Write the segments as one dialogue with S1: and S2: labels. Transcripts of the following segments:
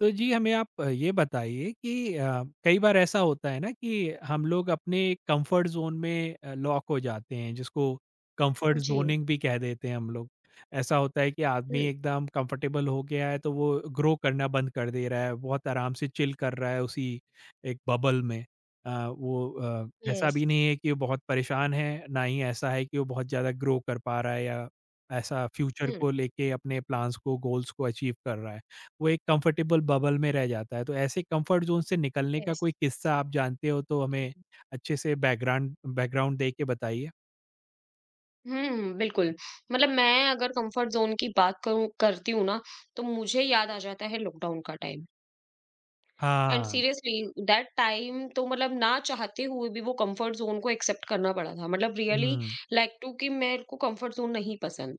S1: तो जी हमें आप ये बताइए कि कई बार ऐसा होता है ना कि हम लोग अपने कंफर्ट जोन में लॉक हो जाते हैं जिसको कंफर्ट
S2: जी।
S1: जोनिंग भी कह देते हैं हम लोग। ऐसा होता है कि आदमी
S2: हुँ।
S1: एकदम कंफर्टेबल हो गया है तो वो ग्रो करना बंद कर दे रहा है, बहुत आराम से चिल कर रहा है उसी एक बबल में। ऐसा
S2: यस।
S1: भी नहीं है कि वो बहुत परेशान है, ना ही ऐसा है कि वो बहुत ज़्यादा ग्रो कर पा रहा है या ऐसा फ्यूचर
S2: हुँ।
S1: को लेके अपने प्लान्स को, गोल्स को अचीव कर रहा है। वो एक कंफर्टेबल बबल में रह जाता है। तो ऐसे कंफर्ट ज़ोन से निकलने का
S2: यस।
S1: कोई किस्सा आप जानते हो तो हमें अच्छे से बैकग्राउंड बैकग्राउंड दे के बताइए?
S2: हुँ, बिल्कुल, मतलब मैं अगर कम्फर्ट ज़ोन की बात करूँ करती हूँ ना, तो मुझे याद आ जाता है लॉकडाउन का टाइम। एंड
S1: हाँ।
S2: सीरियसली दैट टाइम तो मतलब ना चाहते हुए भी वो कम्फर्ट ज़ोन को एक्सेप्ट करना पड़ा था। मतलब रियली
S1: हुँ,
S2: लाइक टू कि मेरे को कम्फर्ट ज़ोन नहीं पसंद।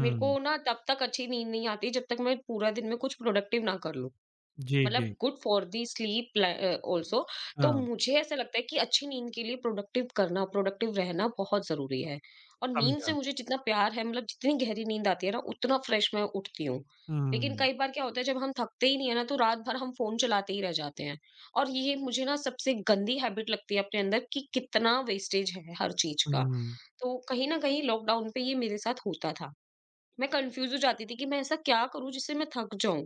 S2: मेरे को ना तब तक अच्छी नींद नहीं आती जब तक मैं पूरा दिन में कुछ प्रोडक्टिव ना कर लूँ।
S1: जी, जी।
S2: मतलब good for the sleep also. तो
S1: हाँ,
S2: मुझे ऐसा लगता है कि अच्छी नींद के लिए प्रोडक्टिव करना प्रोडक्टिव रहना बहुत जरूरी है। और नींद से
S1: समझा।
S2: मुझे जितना प्यार है मतलब जितनी गहरी नींद आती है ना उतना फ्रेश मैं उठती हूँ। लेकिन
S1: हुँ,
S2: कई बार क्या होता है जब हम थकते ही नहीं है ना तो रात भर हम फोन चलाते ही रह जाते हैं। और ये मुझे ना सबसे गंदी हैबिट लगती है अपने अंदर कि कितना वेस्टेज है हर चीज का।
S1: हुँ।
S2: तो कहीं ना कहीं लॉकडाउन पे ये मेरे साथ होता था। मैं कंफ्यूज़ हो जाती थी कि मैं ऐसा क्या करूँ जिससे मैं थक जाऊँ?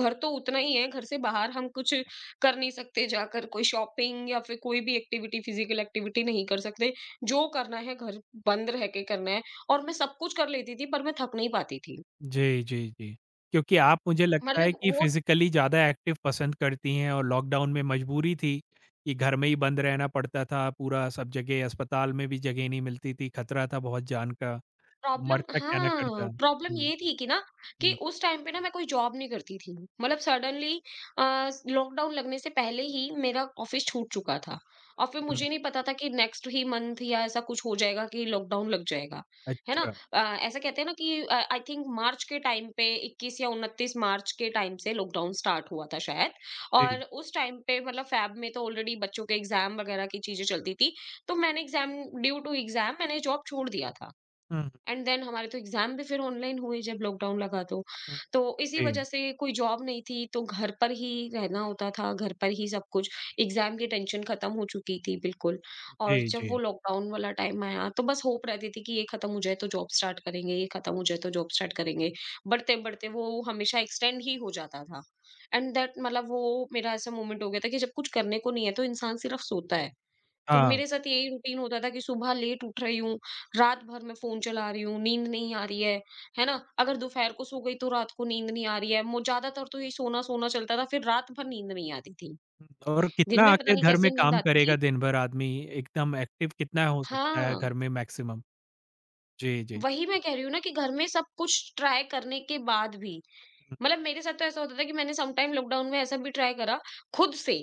S2: घर तो उतना ही है, घर से बाहर हम कुछ कर नहीं सकते जाकर कोई शॉपिंग या फिर कोई भी एक्टिविटी फिजिकल एक्टिविटी नहीं कर सकते। जो करना है घर बंद रह के करना है। और मैं सब कुछ कर लेती थी पर मैं थक नहीं पाती थी।
S1: जी, जी, जी। क्योंकि आप मुझे लगता है
S2: मतलब
S1: कि
S2: वो
S1: फ़िज़िकली ज़्यादा एक्टिव पसंद करती हैं और लॉकडाउन में मजबूरी थी कि घर में ही बंद रहना पड़ता था पूरा, सब जगह अस्पताल में भी जगह नहीं मिलती थी, खतरा था बहुत जान का,
S2: प्रॉब्लम,
S1: मरता क्या ना करता।
S2: हाँ, प्रॉब्लम
S1: हुँ,
S2: ये थी कि ना कि
S1: हुँ,
S2: उस टाइम पे ना मैं कोई जॉब नहीं करती थी। मतलब सडनली लॉकडाउन लगने से पहले ही मेरा ऑफिस छूट चुका था। और फिर
S1: हुँ।
S2: मुझे नहीं पता था कि नेक्स्ट ही मंथ या ऐसा कुछ हो जाएगा कि लॉकडाउन लग जाएगा, है ना?
S1: अच्छा,
S2: ऐसा कहते हैं ना कि आई थिंक मार्च के टाइम पे 21 या 29 मार्च के टाइम से लॉकडाउन स्टार्ट हुआ था शायद।
S1: जी।
S2: और उस टाइम पे मतलब फ़ैब में तो ऑलरेडी बच्चों के एग्ज़ाम वगैरह की चीज़ें चलती थी। तो मैंने एग्ज़ाम ड्यू टू एग्ज़ाम मैंने जॉब छोड़ दिया था।
S1: हुँ,
S2: एंड देन हमारे तो एग्जाम भी फिर ऑनलाइन हुए जब लॉकडाउन लगा तो।
S1: हुँ,
S2: तो इसी
S1: जी,
S2: वजह से कोई जॉब नहीं थी तो घर पर ही रहना होता था, घर पर ही सब कुछ। एग्जाम की टेंशन खत्म हो चुकी थी बिल्कुल। और
S1: जी,
S2: जब
S1: जी।
S2: वो लॉकडाउन वाला टाइम आया तो बस होप रहती थी कि ये खत्म हो जाए तो जॉब स्टार्ट करेंगे, ये खत्म हो जाए तो जॉब स्टार्ट करेंगे। बढ़ते-बढ़ते वो हमेशा एक्सटेंड ही हो जाता था। एंड दैट मतलब वो मेरा ऐसा मोमेंट हो गया था कि जब कुछ करने को नहीं है तो इंसान सिर्फ सोता है। तो
S1: हाँ,
S2: मेरे साथ यही रूटीन होता था कि सुबह लेट उठ रही हूँ, रात भर मैं फ़ोन चला रही हूँ, नींद नहीं आ रही है ना? अगर दोपहर को सो गई तो रात को नींद नहीं आ रही है। मो ज़्यादातर तो ये सोना-सोना चलता था, फिर रात भर नींद नहीं आती थी।
S1: और कितना
S2: दिन में पता
S1: आखिर
S2: नहीं
S1: घर में
S2: कैसे नींद
S1: काम
S2: आती
S1: करेगा
S2: थी।
S1: दिन भर आदमी, एकदम एक्टिव कितना हो सकता है
S2: हाँ,
S1: घर में मैक्सिमम? जी, जी।
S2: वही मैं कह रही हूँ ना कि घर में सब कुछ ट्राई करने के बाद भी
S1: हुँ,
S2: मतलब मेरे साथ तो ऐसा होता था कि मैंने समटाइम लॉकडाउन में ऐसा भी ट्राई करा खुद से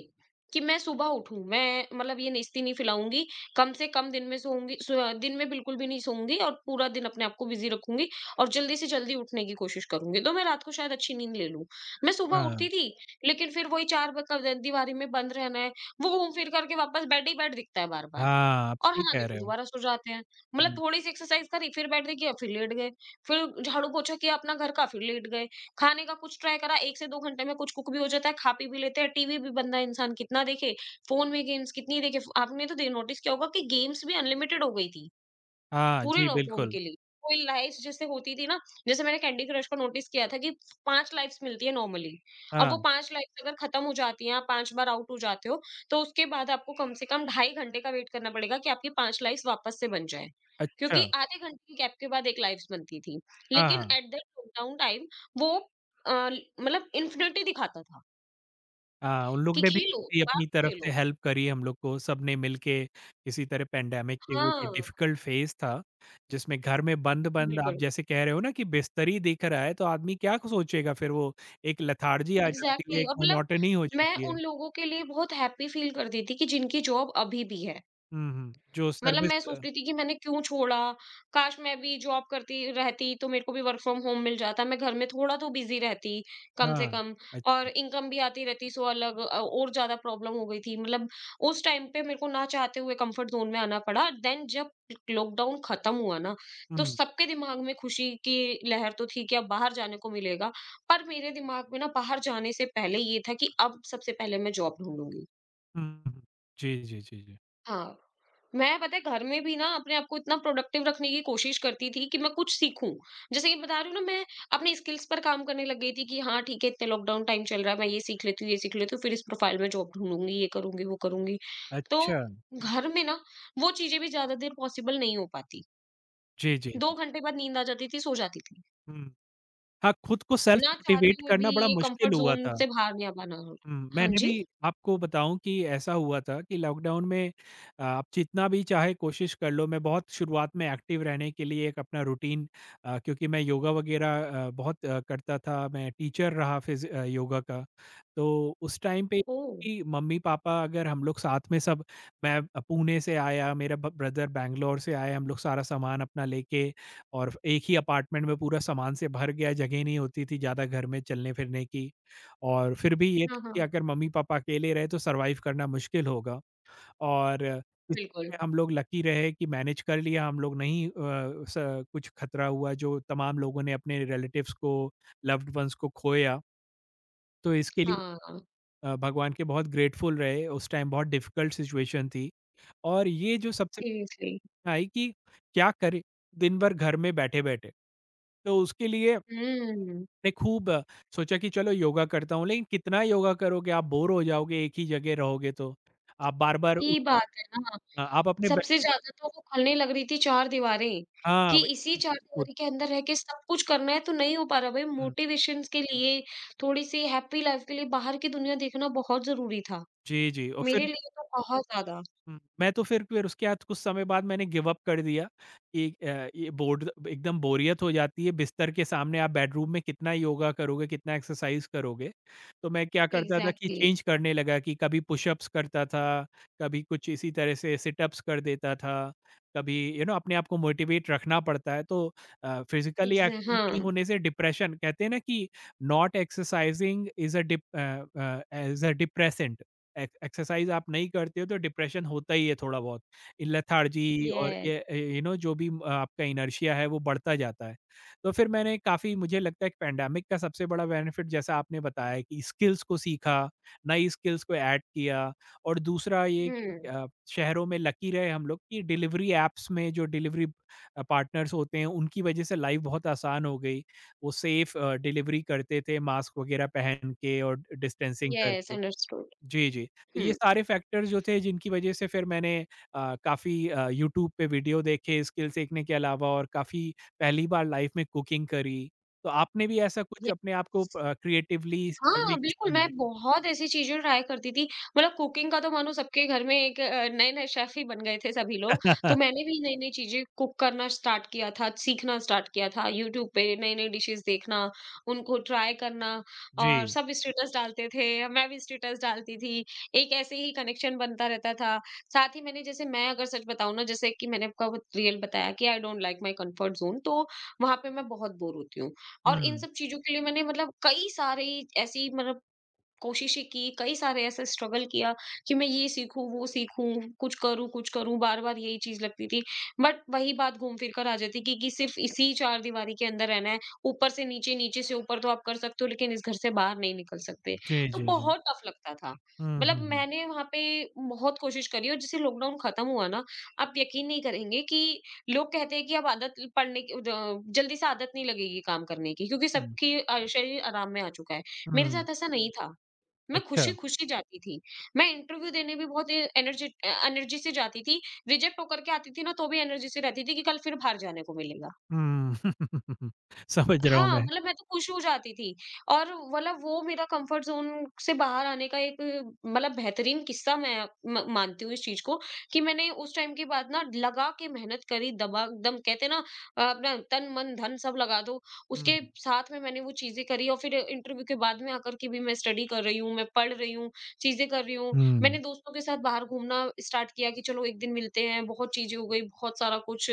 S2: कि मैं सुबह उठूं मैं मतलब ये निस्ती नहीं फैलाऊंगी कम से कम दिन में सोऊंगी सो, दिन में बिल्कुल भी नहीं सोऊंगी और पूरा दिन अपने आप को बिजी रखूंगी और जल्दी से जल्दी उठने की कोशिश करूंगी तो मैं रात को शायद अच्छी नींद ले लूं। मैं सुबह
S1: हाँ,
S2: उठती थी लेकिन फिर वही चार दीवारी में बंद रहना है। वो घूम फिर करके वापस बेड ही बेड दिखता है बार बार।
S1: हाँ, आप
S2: और
S1: सही
S2: हाँ जी,
S1: कह रहे
S2: फिर
S1: हो।
S2: दोबारा सो जाते हैं। मतलब
S1: हुँ,
S2: थोड़ी-सी एक्सरसाइज़ करी, फिर बैठ के किया, फिर लेट गए। फिर झाड़ू-पोछा किया अपना घर का, फिर लेट गए। खाने का कुछ ट्राई करा, 1 से 2 घंटे में कुछ कुक भी हो जाता है, खा-पी भी लेते हैं। टीवी भी बंदा इंसान कितना देखे, फ़ोन में गेम्स कितनी देखे। फ़ आपने तो दे नोटिस किया होगा कि गेम्स भी अनलिमिटेड हो गई थी।
S1: हाँ,
S2: पूरे
S1: जी
S2: लॉकडाउन
S1: बिल्कुल।
S2: के लिए। कोई लाइव्स जैसे होती थी ना, जैसे मैंने कैंडी क्रश को नोटिस किया था कि 5 लाइव्स मिलती है नॉर्मली। और
S1: हाँ,
S2: वो 5 लाइव्स अगर खत्म हो जाती हैं, आप 5 बार आउट हो जाते हो, तो उसके बाद आपको कम से कम ढाई घंटे का वेट करना पड़ेगा कि आपकी 5 लाइव्स वापस से बन जाएँ।
S1: अच्छा।
S2: क्योंकि आधे घंटे की गैप के बाद 1 लाइव्स बनती थी।
S1: हाँ,
S2: लेकिन
S1: हाँ।
S2: एट दैट लॉकडाउन टाइम वो अ, मतलब इन्फिनिटी दिखाता था
S1: हाँ, उन लोग
S2: कि
S1: ने भी
S2: खेलो,
S1: काफ़ी
S2: दबा
S1: अपनी
S2: के
S1: तरफ से
S2: खेलो।
S1: हेल्प करी हम लोग को, सबने मिलके किसी तरह पैंडेमिक के वो जो
S2: हाँ,
S1: डिफ़िकल्ट फ़ेज़ था, जिसमें घर में हुँ। बंद-बंद आप
S2: बिल्कुल।
S1: जैसे कह रहे हो ना कि बिस्तर ही दिख रहा है, तो आदमी क्या सोचेगा फिर वो। एक लेथार्जी आ जाती है,
S2: एग्ज़ैक्टली
S1: एक
S2: और मतलब
S1: मोनोटनी हो
S2: मैं
S1: जाती है।
S2: उन लोगों के लिए बहुत हैप्पी फ़ील करती थी कि जिनकी जॉब अभी भी है।
S1: हुँ, हुँ, जो
S2: मतलब
S1: सर्विस
S2: मैं सोचती थी कि मैंने क्यों छोड़ा, काश मैं भी जॉब करती रहती तो मेरे को भी वर्क फ्रॉम होम मिल जाता, मैं घर में थोड़ा तो बिज़ी रहती कम से
S1: हाँ,
S2: कम। और
S1: अच्छा।
S2: इनकम भी आती रहती सो अलग और ज़्यादा प्रॉब्लम हो गई थी। मतलब उस टाइम पे मेरे को ना चाहते हुए कंफर्ट ज़ोन में आना पड़ा। देन जब लॉकडाउन खत्म हुआ ना, तो
S1: हुँ,
S2: सबके दिमाग में खुशी की लहर तो थी कि अब बाहर जाने को मिलेगा, पर मेरे दिमाग में ना बाहर जाने से पहले ये था कि अब सबसे पहले मैं जॉब ढूँढूँगी।
S1: हुँ, हुँ। जी, जी, जी, जी।
S2: हाँ, मैं पता है घर में भी ना अपने आप को इतना प्रोडक्टिव रखने की कोशिश करती थी कि मैं कुछ सीखूं। जैसे कि बता रही हूँ ना मैं अपने स्किल्स पर काम करने लग गई थी कि हाँ ठीक है इतने लॉकडाउन टाइम चल रहा है मैं ये सीख लेती हूँ ये सीख लेती हूँ फिर इस प्रोफाइल में जॉब ढूंढूंगी ये करूंगी वो करूंगी। तो
S1: अच्छा। हुँ,
S2: घर में ना वो चीजें भी ज्यादा देर पॉसिबल नहीं हो पाती।
S1: जी, जी,
S2: 2
S1: जी।
S2: घंटे बाद नींद आ जाती थी, सो जाती थी।
S1: हुँ। हाँ, खुद को सेल्फ
S2: ना चाहते
S1: मोटिवेट
S2: हुए भी
S1: करना बड़ा
S2: ये
S1: मुश्किल
S2: कंफर्ट
S1: हुआ
S2: जोन
S1: था।
S2: से बाहर नहीं आ पाना।
S1: हुँ,
S2: हाँ
S1: मैंने भी
S2: जी।
S1: आपको बताऊँ कि ऐसा हुआ था कि लॉकडाउन में आ, आप जितना भी चाहे कोशिश कर लो, मैं बहुत शुरुआत में एक्टिव रहने के लिए एक अपना रूटीन। क्योंकि मैं योगा वग़ैरह बहुत करता था, मैं टीचर रहा योगा का। तो उस टाइम पे
S2: ओह!
S1: कि मम्मी-पापा अगर हम लोग साथ में सब। मैं पुणे से आया, मेरा ब ब्रदर बैंगलोर से आया, हम लोग सारा सामान अपना लेके और एक ही अपार्टमेंट में पूरा सामान से भर गया, जगह नहीं होती थी ज़्यादा घर में चलने-फिरने की। और फिर भी ये
S2: हाँ,
S1: कि
S2: हाँ।
S1: अगर मम्मी-पापा अकेले रहे तो सर्वाइव करना मुश्किल होगा और
S2: बिल्कुल।
S1: इसमें हम लोग लकी रहे कि मैनेज कर लिया हम लोग, नहीं स कुछ खतरा हुआ जो तमाम लोगों ने अपने रिलेटिव्स को, लव्ड वन्स को खोया। तो इसके लिए
S2: हाँ,
S1: भगवान के बहुत ग्रेटफुल रहे, उस टाइम बहुत डिफ़िकल्ट सिचुएशन थी और ये जो सबसे
S2: सीरियसली।
S1: बड़ी आई कि क्या करें दिन भर घर में बैठे-बैठे। तो उसके लिए
S2: हुँ।
S1: मैं खूब सोचा कि चलो योगा करता हूँ, लेकिन कितना योगा करोगे, आप बोर हो जाओगे एक ही जगह रहोगे तो। आप बार-बार
S2: ये बात है ना,
S1: हाँ, आप अपने बै
S2: सबसे ज़्यादा तो वो खलने लग रही थी चारदीवारी,
S1: हाँ,
S2: कि
S1: वे
S2: इसी
S1: उत
S2: चारदीवारी के अंदर रह के सब कुछ करना है तो नहीं हो पा रहा भाई
S1: हुँ,
S2: मोटिवेशंस के लिए, थोड़ी-सी हैप्पी लाइफ के लिए बाहर की दुनिया देखना बहुत ज़रूरी था,
S1: जी, जी और
S2: मेरे
S1: फिर
S2: लिए तो बहुत ज़्यादा।
S1: हुँ, मैं तो फिर उसके बाद कुछ समय बाद मैंने गिव अप कर दिया कि ये बोर्ड एकदम बोरियत हो जाती है, बिस्तर के सामने आप बेडरूम में कितना योगा करोगे, कितना एक्सरसाइज करोगे। तो मैं क्या करता था कि
S2: एग्ज़ैक्टली।
S1: चेंज करने लगा, कि कभी पुशअप्स करता था, कभी कुछ इसी तरह से सिटअप्स कर देता था, कभी यू नो अपने आप को मोटिवेट रखना पड़ता है। तो फिज़िकली
S2: एग्ज़ै
S1: एक्टिव नहीं
S2: हाँ।
S1: होने से डिप्रेशन कहते हैं ना कि not exercising is a dip a a, as a depressant. Exercise आप नहीं करते हो तो डिप्रेशन होता ही है थोड़ा बहुत। ये लेथार्जी और
S2: येस।
S1: ये यू नो जो भी म आपका इनर्शिया है वो बढ़ता जाता है। तो फिर मैंने काफ़ी मुझे लगता है कि पैंडेमिक का सबसे बड़ा बेनिफिट, जैसा आपने बताया कि स्किल्स को सीखा, नई स्किल्स को ऐड किया। और दूसरा ये
S2: हुँ।
S1: अ, शहरों में लकी रहे हम लोग कि डिलिवरी ऐप्स में जो डिलिवरी पार्टनर्स होते हैं उनकी वजह से लाइफ़ बहुत आसान हो गई। वो सेफ डिलिवरी करते थे मास्क वगैरह पहन के और डिस्टेंसिंग
S2: येस।
S1: करके।
S2: अंडरस्टूड।
S1: जी, जी। तो ये
S2: हुँ।
S1: सारे फैक्टर्स जो थे जिनकी वजह से फिर मैंने काफ़ी यूट्यूब पे वीडियो देखे स्किल सीखने के अलावा, और काफ़ी पहली बार लाइफ़ में कुकिंग करी। तो आपने भी ऐसा कुछ अपने आप को
S2: येस।
S1: क्रिएटिवली करने
S2: हाँ,
S1: की
S2: बिल्कुल, मैं
S1: सीखी?
S2: बहुत ऐसी चीज़ें ट्राई करती थी, मतलब कुकिंग का तो मानो सबके घर में एक नए-नए शेफ़ ही बन गए थे सभी लोग, तो मैंने भी नई-नई चीज़ें कुक करना स्टार्ट किया था, सीखना स्टार्ट किया था, यूट्यूब पे नई-नई डिशेज़ देखना, उनको ट्राई करना। और
S1: जी।
S2: सब स्टेटस डालते थे, मैं भी स्टेटस डालती थी, एक ऐसे ही कनेक्शन बनता रहता था। साथ ही मैंने जैसे मैं अगर सच बताऊँ ना, जैसे कि मैंने आपको रियल बताया कि I don't like my comfort zone, तो वहाँ पे मैं बहुत बोर होती हूँ। और
S1: हुँ।
S2: इन सब चीज़ों के लिए मैंने मतलब कई सारी ऐसी मतलब कोशिशें की, कई सारे ऐसे स्ट्रगल किया कि मैं ये सीखूँ, वो सीखूँ, कुछ करूँ, बार-बार यही चीज़ लगती थी। बट वही बात घूम फिर कर आ जाती कि सिर्फ़ इसी चारदीवारी के अंदर रहना है, ऊपर से नीचे, नीचे से ऊपर तो आप कर सकते हो लेकिन इस घर से बाहर नहीं निकल सकते।
S1: जी,
S2: तो हुँ।
S1: जी, जी।
S2: बहुत टफ लगता था।
S1: हुँ, हुँ,
S2: मतलब
S1: हुँ।
S2: मैंने वहाँ पे बहुत कोशिश करी और जैसे लॉकडाउन खत्म हुआ ना, आप यकीन नहीं करेंगे कि लोग कहते हैं कि अब आदत पड़ने की द जल्दी से आदत नहीं लगेगी काम करने की क्योंकि
S1: हुँ,
S2: सबकी शरीर आराम में आ चुका है। मेरे
S1: हुँ।
S2: साथ ऐसा नहीं था। मैं
S1: अच्छा।
S2: खुशी-खुशी जाती थी। मैं इंटरव्यू देने भी बहुत एनर्जी से जाती थी। रिजेक्ट होकर के आती थी ना, तो भी एनर्जी से रहती थी कि कल फिर बाहर जाने को मिलेगा।
S1: हुँ। समझ रहा हूँ
S2: हाँ,
S1: मैं।
S2: मतलब मैं तो खुश हो जाती थी। और मतलब वो मेरा कंफर्ट ज़ोन से बाहर आने का एक मतलब बेहतरीन किस्सा मैं म मानती हूँ इस चीज़ को कि मैंने उस टाइम के बाद ना लगा के मेहनत करी, दबा एकदम कहते हैं ना अपना तन, मन, धन सब लगा दो,
S1: हुँ,
S2: उसके साथ में मैंने वो चीज़ें करी और फिर इंटरव्यू के बाद में आकर के भी मैं स्टडी कर रही हूँ, मैं पढ़ रही हूँ, चीज़ें कर रही हूँ। मैंने
S1: हुँ।
S2: दोस्तों के साथ बाहर घूमना स्टार्ट किया कि चलो एक दिन मिलते हैं, बहुत चीज़ें हो गई, बहुत सारा कुछ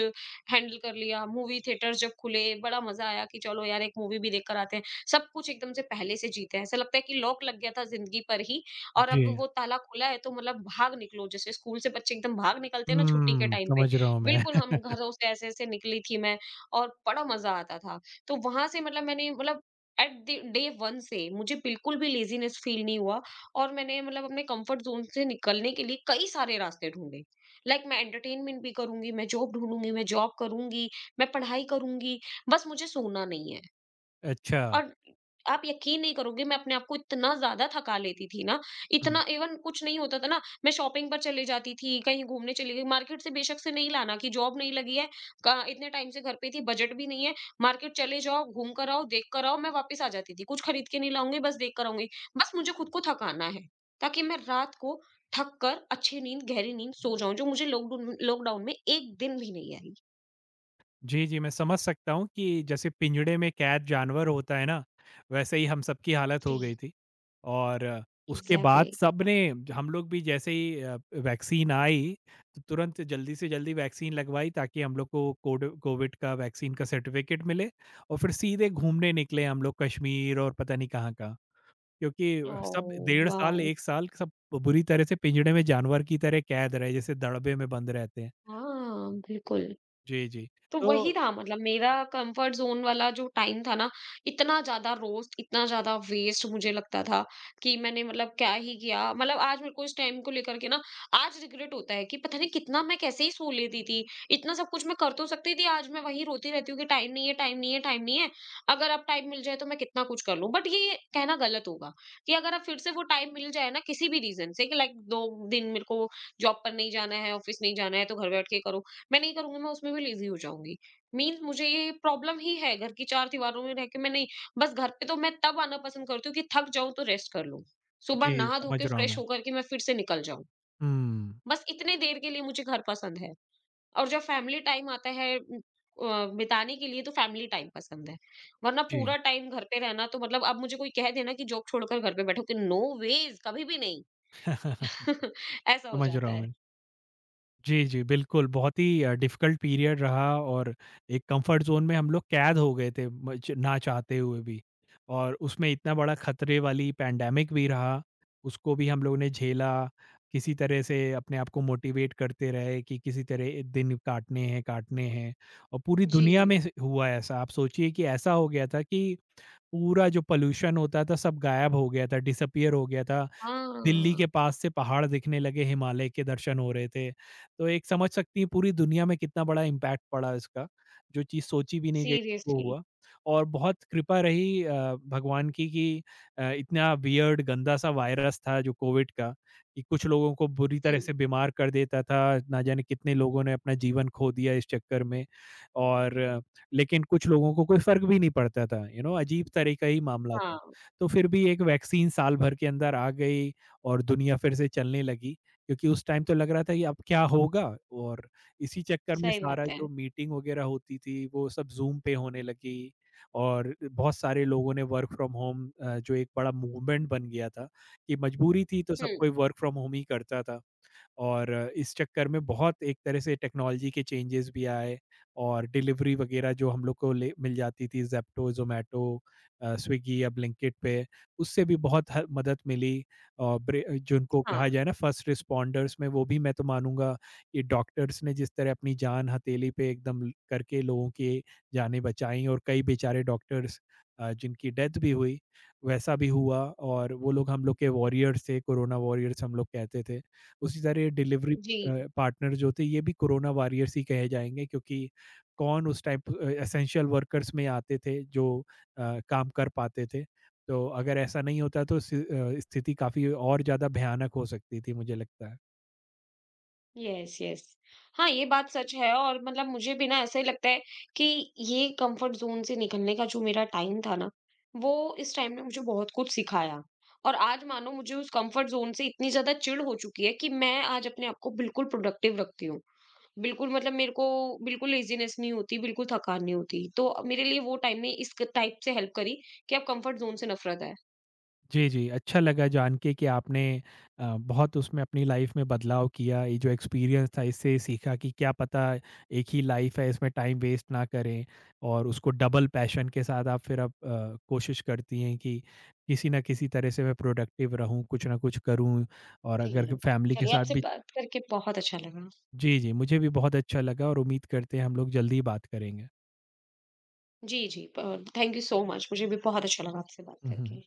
S2: हैंडल कर लिया। मूवी थिएटर्स जब खुले बड़ा मज़ा आया कि चलो यार एक मूवी भी देखकर आते हैं। सब कुछ एकदम से पहले से जीते हैं। ऐसा लगता है कि लॉक लग गया था ज़िंदगी पर ही और
S1: जी।
S2: अब वो ताला खुला है तो मतलब भाग निकलो। जैसे स्कूल से बच्चे एकदम भाग निकलते हैं ना छुट्टी के
S1: हुँ,
S2: टाइम पे,
S1: समझ रहा हूँ मैं।
S2: बिल्कुल हम घरों से ऐसे-ऐसे निकली थी मैं और बड़ा मज़ा आता था। तो वहाँ से मतलब मैंने मतलब एट द डे 1 से मुझे बिल्कुल भी लेज़ीनेस फ़ील नहीं हुआ और मैंने मतलब अपने कम्फर्ट ज़ोन से निकलने के लिए कई सारे रास्ते ढूँढे। लाइक मैं एंटरटेनमेंट भी करूंगी, मैं जॉब ढूंढूंगी, मैं जॉब करूंगी, मैं पढ़ाई करूंगी, बस मुझे सोना नहीं है।
S1: अच्छा।
S2: और आप यकीन नहीं करोगे, मैं अपने आप को इतना ज़्यादा थका लेती थी ना,
S1: हुँ।
S2: इतना इवन कुछ नहीं होता था ना, मैं शॉपिंग पर चले जाती थी, कहीं घूमने चली गई, मार्केट से बेशक से नहीं लाना कि जॉब नहीं लगी है, क इतने टाइम से घर पे थी, बजट भी नहीं है, मार्केट चले जाओ, घूम कर आओ, देख कर आओ, मैं वापस आ जाती थी। कुछ खरीद के नहीं लाऊँगी, बस देख कर आऊँगी। बस मुझे खुद को थकाना है, ताकि मैं रात को थक कर अच्छी नींद, गहरी नींद सो जाऊँ, जो मुझे लॉकडाउन लॉकडाउन में 1 दिन भी नहीं आई।
S1: जी, जी, मैं समझ सकता हूँ कि जैसे पिंजड़े में कैद जानवर होता है ना, वैसे ही हम सबकी हालत हो
S2: जी,
S1: गई थी। और उसके बाद
S2: एग्ज़ैक्टली।
S1: सबने हम लोग भी जैसे ही वैक्सीन आई, तो तुरंत जल्दी से जल्दी वैक्सीन लगवाई ताकि हम लोग को कोड कोविड का वैक्सीन का सर्टिफ़िकेट मिले और फिर सीधे घूमने निकले हम लोग कश्मीर और पता नहीं कहाँ-कहाँ। क्योंकि सब
S2: ओह
S1: डेढ़ साल,
S2: वाओ!
S1: 1 साल सब बुरी तरह से पिंजड़े में जानवर की तरह कैद रहे, जैसे दड़बे में बंद रहते हैं।
S2: हाँ, बिल्कुल।
S1: जी, जी।
S2: तो वही
S1: तो
S2: था, मतलब मेरा कंफर्ट जोन वाला जो टाइम था ना, इतना ज्यादा रोस्ट, इतना ज्यादा वेस्ट मुझे लगता था कि मैंने मतलब क्या ही किया। मतलब आज मेरे को इस टाइम को लेकर के ना, आज रिग्रेट होता है कि पता नहीं कितना मैं कैसे ही सो लेती थी। इतना सब कुछ मैं कर तो सकती थी। आज मैं वही रोती रहती हूँ कि टाइम नहीं है, टाइम नहीं है, टाइम नहीं है। अगर अब टाइम मिल जाए तो मैं कितना कुछ कर लूँ, बट ये कहना गलत होगा कि अगर अब फिर से वो टाइम मिल जाए ना किसी भी रीजन से कि लाइक दो दिन मेरे को जॉब पर नहीं जाना है, ऑफिस नहीं जाना है, तो घर बैठ के करो, मैं नहीं करूँगी, मैं उसमें भी लेज़ी हो जाऊँगी। मीन्स मुझे ये प्रॉब्लम ही है, घर की चार दीवारों में रह के मैं नहीं। बस घर पे तो मैं तब आना पसंद करती हूँ कि थक जाऊँ तो रेस्ट कर लूँ। सुबह
S1: जी,
S2: नहा धो
S1: समझ
S2: के
S1: रहा हूँ
S2: फ्रेश
S1: मैं।
S2: होकर के मैं फिर से निकल जाऊँ।
S1: हुँ।
S2: बस इतने देर के लिए मुझे घर पसंद है। और जब फैमिली टाइम आता है बिताने के लिए, तो फैमिली टाइम पसंद है। वरना
S1: जी।
S2: पूरा टाइम घर पे रहना तो मतलब अब मुझे कोई कह दे ना कि जॉब छोड़कर घर पे बैठो, कि नो वेज़, कभी भी नहीं।
S1: समझ
S2: ऐसा हो
S1: रहा
S2: जाता
S1: हूँ
S2: है।
S1: मैं। जी, जी, बिल्कुल, बहुत ही डिफ़िकल्ट पीरियड रहा और एक कम्फ़र्ट ज़ोन में हम लोग कैद हो गए थे म च ना चाहते हुए भी, और उसमें इतना बड़ा खतरे वाली पैंडेमिक भी रहा, उसको भी हम लोगों ने झेला। किसी तरह से अपने आप को मोटिवेट करते रहे कि किसी तरह ये दिन काटने हैं, काटने हैं। और पूरी दुनिया
S2: जी।
S1: में स हुआ ऐसा। आप सोचिए कि ऐसा हो गया था कि पूरा जो पॉल्यूशन होता था, सब गायब हो गया था, डिसअपीयर हो गया था। दिल्ली के
S2: हाँ,
S1: पास से पहाड़ दिखने लगे, हिमालय के दर्शन हो रहे थे। तो एक समझ सकती हैं पूरी दुनिया में कितना बड़ा इम्पैक्ट पड़ा इसका, जो चीज़ सोची भी नहीं गई वो
S2: सीरियसली।
S1: हुआ। और बहुत कृपा रही भगवान की कि इतना वियर्ड गंदा-सा वायरस था जो कोविड का, कि कुछ लोगों को बुरी तरह
S2: हुँ,
S1: से बीमार कर देता था, ना जाने कितने लोगों ने अपना जीवन खो दिया इस चक्कर में। और लेकिन कुछ लोगों को कोई फ़र्क भी नहीं पड़ता था, यू नो अजीब तरह का ही मामला था।
S2: हाँ।
S1: तो फिर भी एक वैक्सीन साल भर के अंदर आ गई और दुनिया फिर से चलने लगी, क्योंकि उस टाइम तो लग रहा था कि अब क्या होगा? और इसी चक्कर में
S2: सही
S1: सारा
S2: बात है।
S1: जो मीटिंग वगैरह होती थी, वो सब ज़ूम पे होने लगी। और बहुत सारे लोगों ने वर्क फ्रॉम होम जो एक बड़ा मूवमेंट बन गया था, कि मजबूरी थी तो सब
S2: हुँ,
S1: कोई वर्क फ्रॉम होम ही करता था। और इस चक्कर में बहुत एक तरह से टेक्नोलॉजी के चेंजेस भी आए और डिलीवरी वगैरह जो हम लोग को ले मिल जाती थी, जेप्टो, जोमेटो, स्विगी या ब्लिंकिट पे, उससे भी बहुत मदद मिली। और जिनको
S2: हाँ,
S1: कहा जाए ना फर्स्ट रिस्पॉन्डर्स में, वो भी मैं तो मानूंगा ये डॉक्टर्स ने, जिस तरह अपनी जान हथेली पे एकदम करके लोगों की जानें बचाई। और कई बेचारे डॉक्टर्स जिनकी डेथ भी हुई, वैसा भी हुआ। और वो लोग हम लोग के वॉरियर्स थे, कोरोना वॉरियर्स हम लोग कहते थे। उसी तरह डिलीवरी
S2: जी,
S1: पार्टनर जो थे ये भी कोरोना वॉरियर्स ही कहे जाएँगे, क्योंकि कौन उस टाइम प एसेंशियल वर्कर्स में आते थे जो काम कर पाते थे। तो अगर ऐसा नहीं होता तो स्थिति काफ़ी और ज़्यादा भयानक हो सकती थी, मुझे लगता है।
S2: Yes, yes. हाँ, ये बात सच है और मतलब मुझे भी ना ऐसा ही लगता है कि ये कम्फ़र्ट ज़ोन से निकलने का जो मेरा टाइम था ना, वो इस टाइम ने मुझे बहुत कुछ सिखाया। और आज मानो मुझे उस कम्फ़र्ट ज़ोन से इतनी ज़्यादा चिढ़ हो चुकी है कि मैं आज अपने आप को बिल्कुल प्रोडक्टिव रखती हूँ। बिल्कुल मतलब मेरे को बिल्कुल लेज़ीनेस नहीं होती, बिल्कुल थकान नहीं होती। तो मेरे लिए वो टाइम ने इस क टाइप से हेल्प करी कि अब कम्फ़र्ट ज़ोन से नफ़रत है।
S1: जी, जी। अच्छा लगा जान के कि आपने बहुत उसमें अपनी लाइफ़ में बदलाव किया। ये जो एक्सपीरियंस था इससे सीखा कि क्या पता, एक ही लाइफ़ है इसमें टाइम वेस्ट ना करें, और उसको डबल पैशन के साथ आप फिर अब कोशिश करती हैं कि किसी न किसी तरह से मैं प्रोडक्टिव रहूँ, कुछ न कुछ करूँ, और अगर
S2: जी,
S1: फैमिली के
S2: चलिए,
S1: साथ
S2: आपसे
S1: भी
S2: बात करके बहुत अच्छा लगा।
S1: जी, जी। मुझे भी बहुत अच्छा लगा और उम्मीद करते हैं हम लोग जल्दी ही बात करेंगे।
S2: जी, जी। प थैंक यू सो मच, मुझे भी बहुत अच्छा लगा आपसे बात
S1: हुँ, हुँ।
S2: करके।